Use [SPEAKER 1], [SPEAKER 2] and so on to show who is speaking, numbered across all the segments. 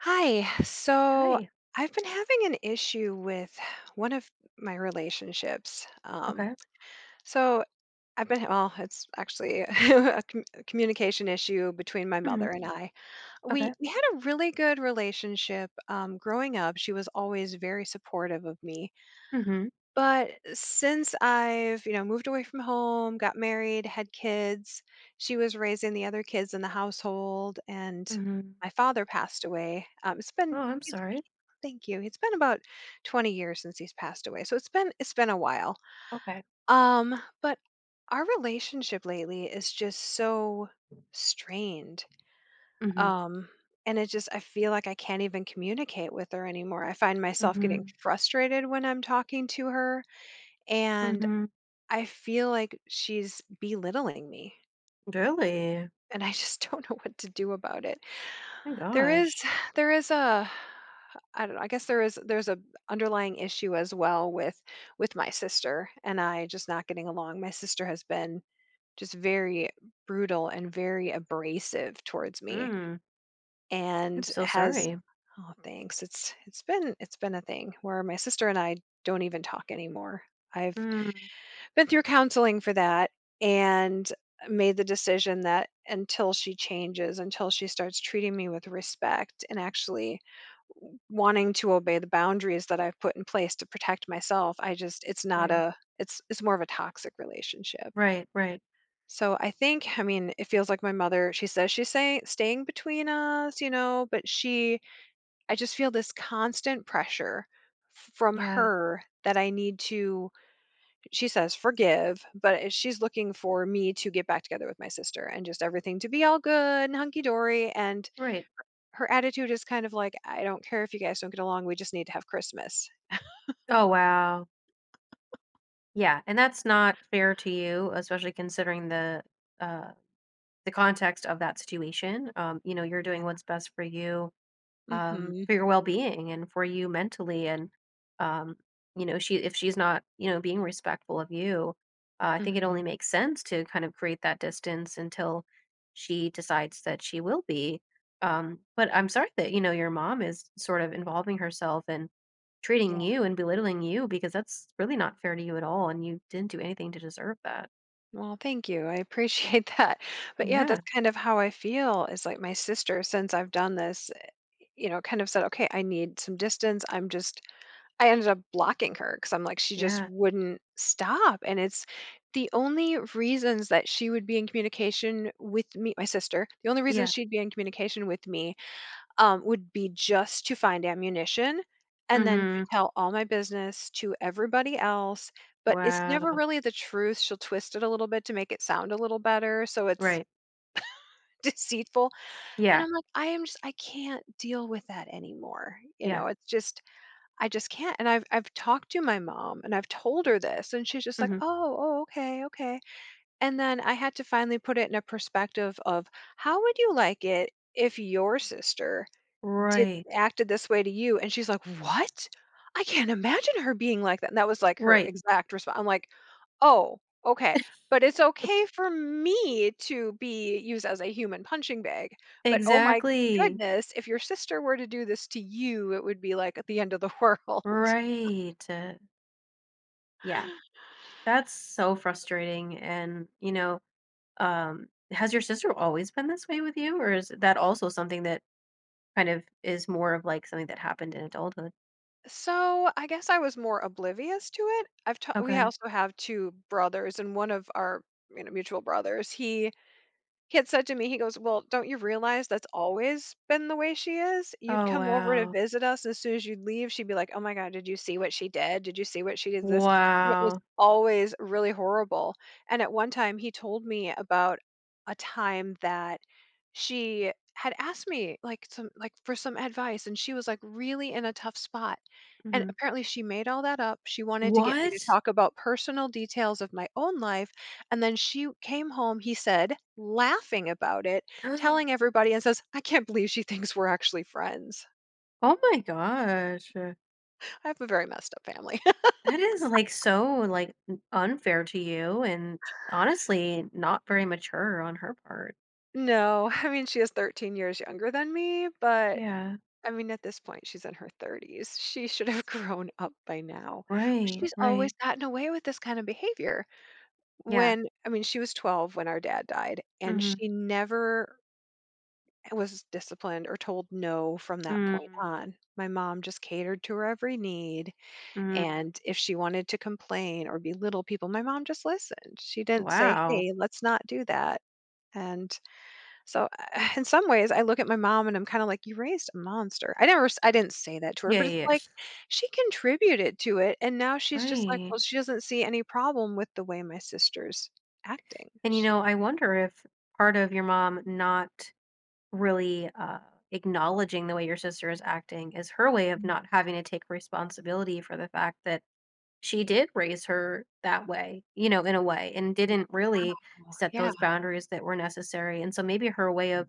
[SPEAKER 1] Hi. So
[SPEAKER 2] Hi.
[SPEAKER 1] I've been having an issue with one of my relationships. Um,
[SPEAKER 2] Okay.
[SPEAKER 1] so I've been, well, it's actually a communication issue between my
[SPEAKER 2] Mhm.
[SPEAKER 1] mother and I. We
[SPEAKER 2] Okay.
[SPEAKER 1] we had a really good relationship growing up. She was always very supportive of me,
[SPEAKER 2] Mhm.
[SPEAKER 1] but since I've, you know, moved away from home, got married, had kids, she was raising the other kids in the household, and
[SPEAKER 2] Mhm.
[SPEAKER 1] my father passed away. It's
[SPEAKER 2] Oh,
[SPEAKER 1] been,
[SPEAKER 2] I'm
[SPEAKER 1] it's,
[SPEAKER 2] sorry.
[SPEAKER 1] he- thank you. It's been about 20 years since he's passed away, so it's been a while.
[SPEAKER 2] Okay.
[SPEAKER 1] But our relationship lately is just so strained.
[SPEAKER 2] Mhm.
[SPEAKER 1] Um, and it just I feel like I can't even communicate with her anymore. I find myself getting
[SPEAKER 2] Mhm.
[SPEAKER 1] frustrated when I'm talking to her, and
[SPEAKER 2] Mhm.
[SPEAKER 1] I feel like she's belittling me,
[SPEAKER 2] Really?
[SPEAKER 1] and I just don't know what to do about it.
[SPEAKER 2] My
[SPEAKER 1] There is
[SPEAKER 2] gosh.
[SPEAKER 1] there is a I don't know, I guess there's a underlying issue as well with my sister and I just not getting along. My sister has been just very brutal and very abrasive towards me,
[SPEAKER 2] Mm. I'm
[SPEAKER 1] and
[SPEAKER 2] so
[SPEAKER 1] has
[SPEAKER 2] sorry.
[SPEAKER 1] oh, thanks. It's been a thing where my sister and I don't even talk anymore. I've
[SPEAKER 2] Mm.
[SPEAKER 1] been through counseling for that and made the decision that until she changes, until she starts treating me with respect and actually wanting to obey the boundaries that I've put in place to protect myself, I just it's not
[SPEAKER 2] Right.
[SPEAKER 1] a it's more of a toxic relationship.
[SPEAKER 2] Right. Right.
[SPEAKER 1] So I think, I mean, it feels like my mother, she's saying staying between us, but she I just feel this constant pressure from
[SPEAKER 2] Yeah.
[SPEAKER 1] her that I need to she says forgive, but she's looking for me to get back together with my sister and just everything to be all good and hunky dory. And
[SPEAKER 2] Right.
[SPEAKER 1] her attitude is kind of like, "I don't care if you guys don't get along. We just need to have Christmas."
[SPEAKER 2] Oh wow. Yeah. And that's not fair to you, especially considering uh the context of that situation. You know, you're doing
[SPEAKER 1] Yeah.
[SPEAKER 2] what's best for you,
[SPEAKER 1] Mm-hmm.
[SPEAKER 2] for your well-being and for you mentally, and um, you know, she, if she's not, you know, being respectful of you, I think it
[SPEAKER 1] Mm-hmm.
[SPEAKER 2] only makes sense to kind of create that distance until she decides that she will be. But I'm sorry that, you know, your mom is sort of involving herself and treating
[SPEAKER 1] Yeah.
[SPEAKER 2] you and belittling you, because that's really not fair to you at all, and you didn't do anything to deserve that.
[SPEAKER 1] Well, thank you. I appreciate that. But yeah,
[SPEAKER 2] Yeah,
[SPEAKER 1] that's kind of how I feel, is like, my sister, since I've done this, you know, kind of said, "Okay, I need some distance." I ended up blocking her because I'm like, she just
[SPEAKER 2] yeah,
[SPEAKER 1] wouldn't stop. And it's the only reasons that she would be in communication with me, my sister, the only reason
[SPEAKER 2] yeah.
[SPEAKER 1] she'd be in communication with me, would be just to find ammunition and then to
[SPEAKER 2] Mm-hmm.
[SPEAKER 1] tell all my business to everybody else. But it's never
[SPEAKER 2] Wow.
[SPEAKER 1] really the truth. She'll twist it a little bit to make it sound a little better. So it's
[SPEAKER 2] Right.
[SPEAKER 1] deceitful. And
[SPEAKER 2] Yeah,
[SPEAKER 1] I'm like, I am just, I can't deal with that anymore. You
[SPEAKER 2] yeah.
[SPEAKER 1] know, it's just, I just can't, and I've talked to my mom, and I've told her this, and she's just like,
[SPEAKER 2] Mm-hmm.
[SPEAKER 1] "Oh, oh, okay, okay." And then I had to finally put it in a perspective of, how would you like it if your sister did,
[SPEAKER 2] Right.
[SPEAKER 1] acted this way to you? And she's like, "What? I can't imagine her being like that." And that was like her
[SPEAKER 2] Right.
[SPEAKER 1] exact response. I'm like, "Oh, okay." But it's okay for me to be used as a human punching bag. But oh my
[SPEAKER 2] Exactly.
[SPEAKER 1] goodness, if your sister were to do this to you, it would be like at the end of the world.
[SPEAKER 2] Right. Yeah. That's so frustrating. And, you know, has your sister always been this way with you? Or is that also something that kind of is more of like something that happened in adulthood?
[SPEAKER 1] So, I guess I was more oblivious to it. I've ta We
[SPEAKER 2] Okay.
[SPEAKER 1] also have 2 brothers, and one of our, you know, mutual brothers, he had said to me, he goes, "Well, don't you realize that's always been the way she is? You'd
[SPEAKER 2] Oh,
[SPEAKER 1] come over to
[SPEAKER 2] wow.
[SPEAKER 1] visit us, and as soon as you'd leave, she'd be like, 'Oh my god, did you see what she did? Did you see what she did this?'" And it was
[SPEAKER 2] Wow.
[SPEAKER 1] always really horrible. And at one time, he told me about a time that she had asked me, like, some, like, for some advice, and she was, like, really in a tough spot. And
[SPEAKER 2] Hmm.
[SPEAKER 1] apparently she made all that up. She wanted to get me to
[SPEAKER 2] What?
[SPEAKER 1] talk about personal details of my own life, and then she came home, he said, laughing about it, telling everybody, and says, "I can't believe she thinks we're actually friends."
[SPEAKER 2] Oh my gosh.
[SPEAKER 1] I have a very messed up family.
[SPEAKER 2] That is like so like unfair to you and honestly not very mature on her part.
[SPEAKER 1] No, I mean, she is 13 years younger than me, but
[SPEAKER 2] Yeah.
[SPEAKER 1] I mean, at this point, she's in her 30s. She should have grown up by now. But
[SPEAKER 2] Right.
[SPEAKER 1] she's always
[SPEAKER 2] Right.
[SPEAKER 1] gotten away with this kind of behavior.
[SPEAKER 2] Yeah.
[SPEAKER 1] I mean, she was 12 when our dad died, and she
[SPEAKER 2] Mhm.
[SPEAKER 1] never was disciplined or told no from that point
[SPEAKER 2] Mm,
[SPEAKER 1] on. My mom just catered to her every need.
[SPEAKER 2] mm.
[SPEAKER 1] And if she wanted to complain or belittle people, my mom just listened. She didn't say,
[SPEAKER 2] Wow.
[SPEAKER 1] "Hey, let's not do that." And so, in some ways, I look at my mom and I'm kind of like, "You raised a monster." I never, I didn't say that to her,
[SPEAKER 2] Yeah,
[SPEAKER 1] but it's
[SPEAKER 2] yeah, yeah.
[SPEAKER 1] like she contributed to it, and now she's just like,
[SPEAKER 2] Right.
[SPEAKER 1] "Well, she doesn't see any problem with the way my sister's acting."
[SPEAKER 2] And, you
[SPEAKER 1] Sh-
[SPEAKER 2] know, I wonder if part of your mom not really, acknowledging the way your sister is acting is her way of
[SPEAKER 1] Mm.
[SPEAKER 2] not having to take responsibility for the fact that she did raise her that way, you know, in a way, and didn't really
[SPEAKER 1] Oh,
[SPEAKER 2] set
[SPEAKER 1] yeah.
[SPEAKER 2] those boundaries that were necessary. And so maybe her way of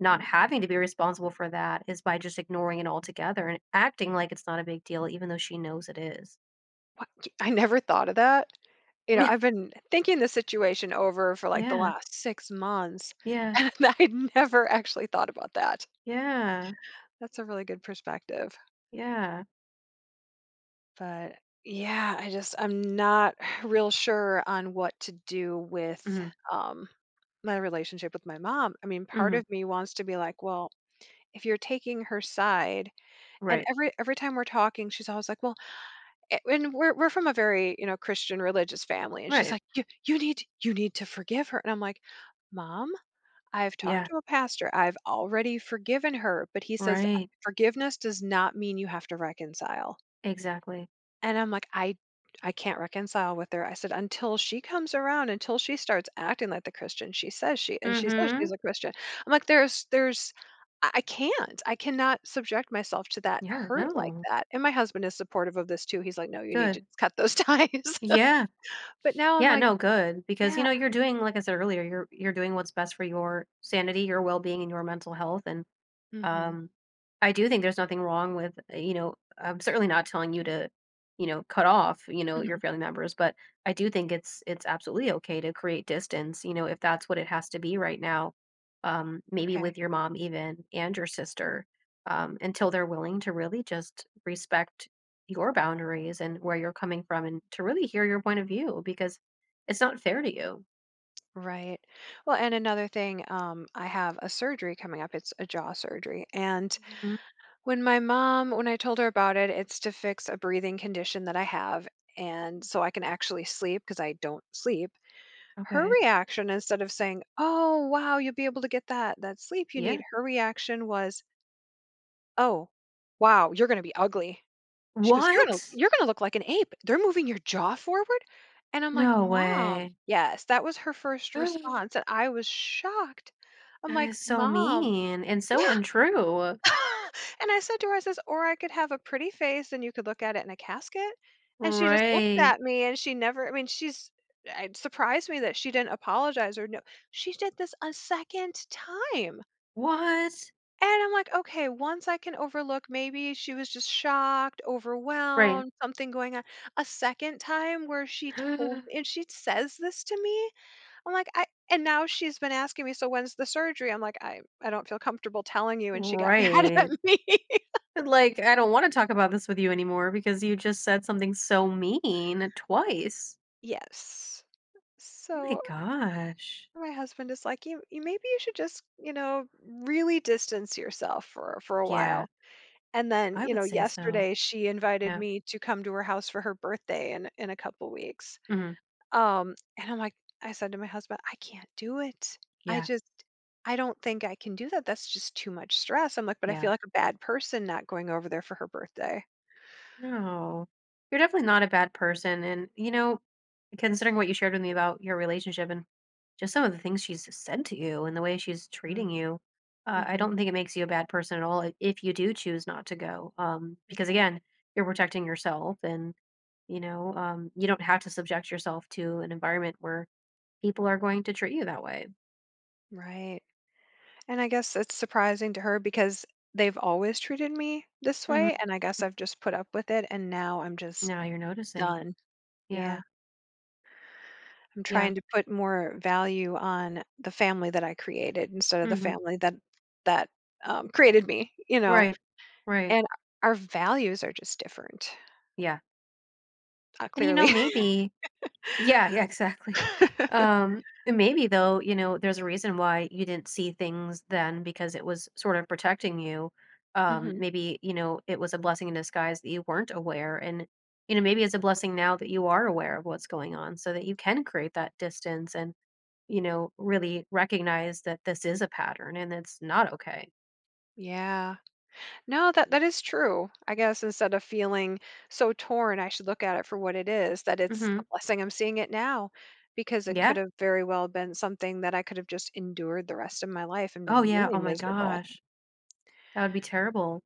[SPEAKER 2] not having to be responsible for that is by just ignoring it altogether and acting like it's not a big deal, even though she knows it is.
[SPEAKER 1] I never thought of that. You know, I've been thinking the situation over for, like, the
[SPEAKER 2] Yeah,
[SPEAKER 1] last 6 months,
[SPEAKER 2] yeah,
[SPEAKER 1] and I never actually thought about that.
[SPEAKER 2] yeah,
[SPEAKER 1] That's a really good perspective.
[SPEAKER 2] yeah.
[SPEAKER 1] But, yeah, I'm not real sure on what to do with,
[SPEAKER 2] Mhm,
[SPEAKER 1] um, my relationship with my mom. I mean, part
[SPEAKER 2] mhm.
[SPEAKER 1] of me wants to be like, "Well, if you're taking her side," and
[SPEAKER 2] Right,
[SPEAKER 1] every time we're talking, she's always like, "Well, and we're from a very, Christian religious family," and she's
[SPEAKER 2] right.
[SPEAKER 1] like, you need to forgive her," and I'm like, "Mom, I've talked
[SPEAKER 2] Yeah,
[SPEAKER 1] to a pastor, I've already forgiven her, but he says
[SPEAKER 2] right.
[SPEAKER 1] forgiveness does not mean you have to reconcile."
[SPEAKER 2] Exactly.
[SPEAKER 1] And I'm like, I can't reconcile with her. I said, until she comes around, until she starts acting like the Christian, she says she and she says
[SPEAKER 2] Mhm.
[SPEAKER 1] she's a Christian. I'm like, there's I can't. I cannot subject myself to that
[SPEAKER 2] Yeah,
[SPEAKER 1] hurt like
[SPEAKER 2] no.
[SPEAKER 1] that. And my husband is supportive of this too. He's like, "No, you need to
[SPEAKER 2] Good.
[SPEAKER 1] cut those ties."
[SPEAKER 2] Yeah.
[SPEAKER 1] But now I'm
[SPEAKER 2] Yeah,
[SPEAKER 1] like,
[SPEAKER 2] no, good. Because, you
[SPEAKER 1] yeah.
[SPEAKER 2] know, you're doing, like I said earlier, you're doing what's best for your sanity, your well-being, and your mental health. And
[SPEAKER 1] Hmm.
[SPEAKER 2] Um, I do think there's nothing wrong with, you know, I'm certainly not telling you to, you know, cut off, you know,
[SPEAKER 1] Hmm.
[SPEAKER 2] your family members, but I do think it's absolutely okay to create distance, you know, if that's what it has to be right now. Maybe
[SPEAKER 1] Okay.
[SPEAKER 2] with your mom even and your sister, until they're willing to really just respect your boundaries and where you're coming from and to really hear your point of view because it's not fair to you.
[SPEAKER 1] Right. Well, and another thing, I have a surgery coming up. It's a jaw surgery. And
[SPEAKER 2] Mhm.
[SPEAKER 1] when my mom, when I told her about it, it's to fix a breathing condition that I have, and so I can actually sleep because I don't sleep. Her
[SPEAKER 2] Okay.
[SPEAKER 1] reaction, instead of saying, "Oh, wow, you'll be able to get that sleep you need,"
[SPEAKER 2] Yeah.
[SPEAKER 1] her reaction was, "Oh, wow, you're gonna be ugly." She goes, "You're
[SPEAKER 2] What?
[SPEAKER 1] gonna look like an ape. They're moving your jaw forward?" And I'm like,
[SPEAKER 2] No
[SPEAKER 1] "Mom."
[SPEAKER 2] way.
[SPEAKER 1] Yes, that was her first response, and I was shocked. I'm
[SPEAKER 2] That
[SPEAKER 1] like,
[SPEAKER 2] is so
[SPEAKER 1] "Mom."
[SPEAKER 2] mean and
[SPEAKER 1] Yeah.
[SPEAKER 2] so untrue.
[SPEAKER 1] And I said to her, I says, "Or I could have a pretty face and you could look at it in a casket." And she just looked
[SPEAKER 2] Right.
[SPEAKER 1] at me, and she never, I mean, she's, it surprised me that she didn't apologize. Or, no, she did this a second time.
[SPEAKER 2] What?
[SPEAKER 1] And I'm like, okay, once I can overlook, maybe she was just shocked,
[SPEAKER 2] Right.
[SPEAKER 1] overwhelmed, something going on. A second time where she told me, and she says this to me, I'm like, I and now she's been asking me, "So when's the surgery?" I'm like, I don't feel comfortable telling you. And she got mad at
[SPEAKER 2] Right.
[SPEAKER 1] me.
[SPEAKER 2] Like, I don't want to talk about this with you anymore because you just said something so mean twice.
[SPEAKER 1] Yes.
[SPEAKER 2] Oh my
[SPEAKER 1] So
[SPEAKER 2] gosh.
[SPEAKER 1] my husband is like, "You, maybe you should just, you know, really distance yourself for a
[SPEAKER 2] Yeah,
[SPEAKER 1] while." And then,
[SPEAKER 2] I
[SPEAKER 1] you
[SPEAKER 2] would
[SPEAKER 1] know,
[SPEAKER 2] say so.
[SPEAKER 1] yesterday she invited
[SPEAKER 2] Yeah.
[SPEAKER 1] me to come to her house for her birthday in a couple weeks.
[SPEAKER 2] Mhm.
[SPEAKER 1] And I'm like, I said to my husband, I can't do it. I
[SPEAKER 2] Yeah.
[SPEAKER 1] just I don't think I can do that. That's just too much stress. I'm like, but I
[SPEAKER 2] Yeah.
[SPEAKER 1] feel like a bad person not going over there for her birthday.
[SPEAKER 2] No. You're definitely not a bad person. And, you know, considering what you shared with me about your relationship and just some of the things she's said to you and the way she's treating
[SPEAKER 1] Mm.
[SPEAKER 2] you, I
[SPEAKER 1] Hmm.
[SPEAKER 2] don't think it makes you a bad person at all if you do choose not to go. Because,
[SPEAKER 1] Okay.
[SPEAKER 2] again, you're protecting yourself and, you know, you don't have to subject yourself to an environment where people are going to treat you that way.
[SPEAKER 1] Right. And I guess it's surprising to her because they've always treated me this
[SPEAKER 2] Hmm.
[SPEAKER 1] way, and I guess I've just put up with it, and now I'm just
[SPEAKER 2] Now you're noticing.
[SPEAKER 1] done.
[SPEAKER 2] Yeah.
[SPEAKER 1] Yeah. I'm
[SPEAKER 2] Yeah.
[SPEAKER 1] trying to put more value on the family that I created instead of the
[SPEAKER 2] Hmm.
[SPEAKER 1] family that that created me, you know.
[SPEAKER 2] Right. Right.
[SPEAKER 1] And our values are just different,
[SPEAKER 2] Yeah. And, you know,
[SPEAKER 1] clearly.
[SPEAKER 2] maybe, yeah, yeah, exactly. Um, maybe though, you know, there's a reason why you didn't see things then because it was sort of protecting you.
[SPEAKER 1] Hmm.
[SPEAKER 2] Maybe, you know, it was a blessing in disguise that you weren't aware. And, you know, maybe it's a blessing now that you are aware of what's going on so that you can create that distance and, you know, really recognize that this is a pattern and it's not okay.
[SPEAKER 1] Yeah. No, that is true. I guess, instead of feeling so torn, I should look at it for what it is, that it's
[SPEAKER 2] Mm-hmm.
[SPEAKER 1] a blessing I'm seeing it now because it
[SPEAKER 2] Yeah.
[SPEAKER 1] could have very well been something that I could have just endured the rest of my life and
[SPEAKER 2] Oh,
[SPEAKER 1] been
[SPEAKER 2] yeah.
[SPEAKER 1] really
[SPEAKER 2] Oh my
[SPEAKER 1] miserable.
[SPEAKER 2] gosh. That would be terrible.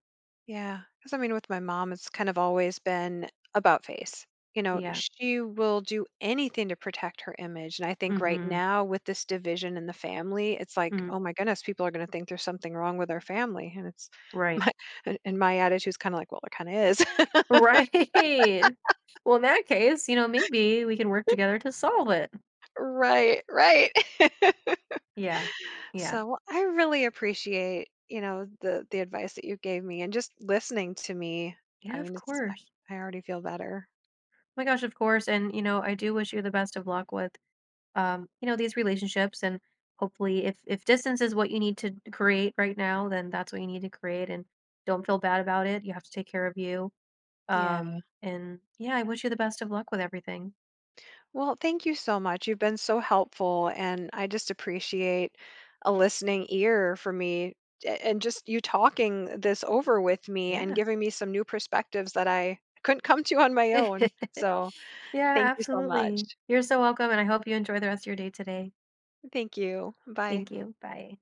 [SPEAKER 1] Yeah, because I mean, with my mom, it's kind of always been about face. You know,
[SPEAKER 2] Yeah.
[SPEAKER 1] she will do anything to protect her image. And I think right
[SPEAKER 2] Mm-hmm.
[SPEAKER 1] now, with this division in the family, it's like,
[SPEAKER 2] Hmm.
[SPEAKER 1] oh my goodness, people are going to think there's something wrong with our family. And it's
[SPEAKER 2] Right.
[SPEAKER 1] my, and my attitude's kind of like, well, there kind of is.
[SPEAKER 2] Right. Well, in that case, you know, maybe we can work together to solve it.
[SPEAKER 1] Right, right.
[SPEAKER 2] Yeah. Yeah.
[SPEAKER 1] So, well, I really appreciate, you know, the advice that you gave me and just listening to me. I
[SPEAKER 2] Yeah, of
[SPEAKER 1] mean, it's
[SPEAKER 2] course.
[SPEAKER 1] I already feel better.
[SPEAKER 2] Oh my gosh, of course. And you know, I do wish you the best of luck with you know, these relationships, and hopefully, if distance is what you need to create right now, then that's what you need to create, and don't feel bad about it. You have to take care of you.
[SPEAKER 1] Yeah.
[SPEAKER 2] And yeah, I wish you the best of luck with everything.
[SPEAKER 1] Well, thank you so much. You've been so helpful, and I just appreciate a listening ear for me and just you talking this over with me and
[SPEAKER 2] Yeah.
[SPEAKER 1] giving me some new perspectives that I couldn't come to on my own. So,
[SPEAKER 2] Yeah,
[SPEAKER 1] thank you so
[SPEAKER 2] absolutely.
[SPEAKER 1] much.
[SPEAKER 2] You're so welcome and I hope you enjoy the rest of your day today.
[SPEAKER 1] Thank you. Bye.
[SPEAKER 2] Thank you. Bye.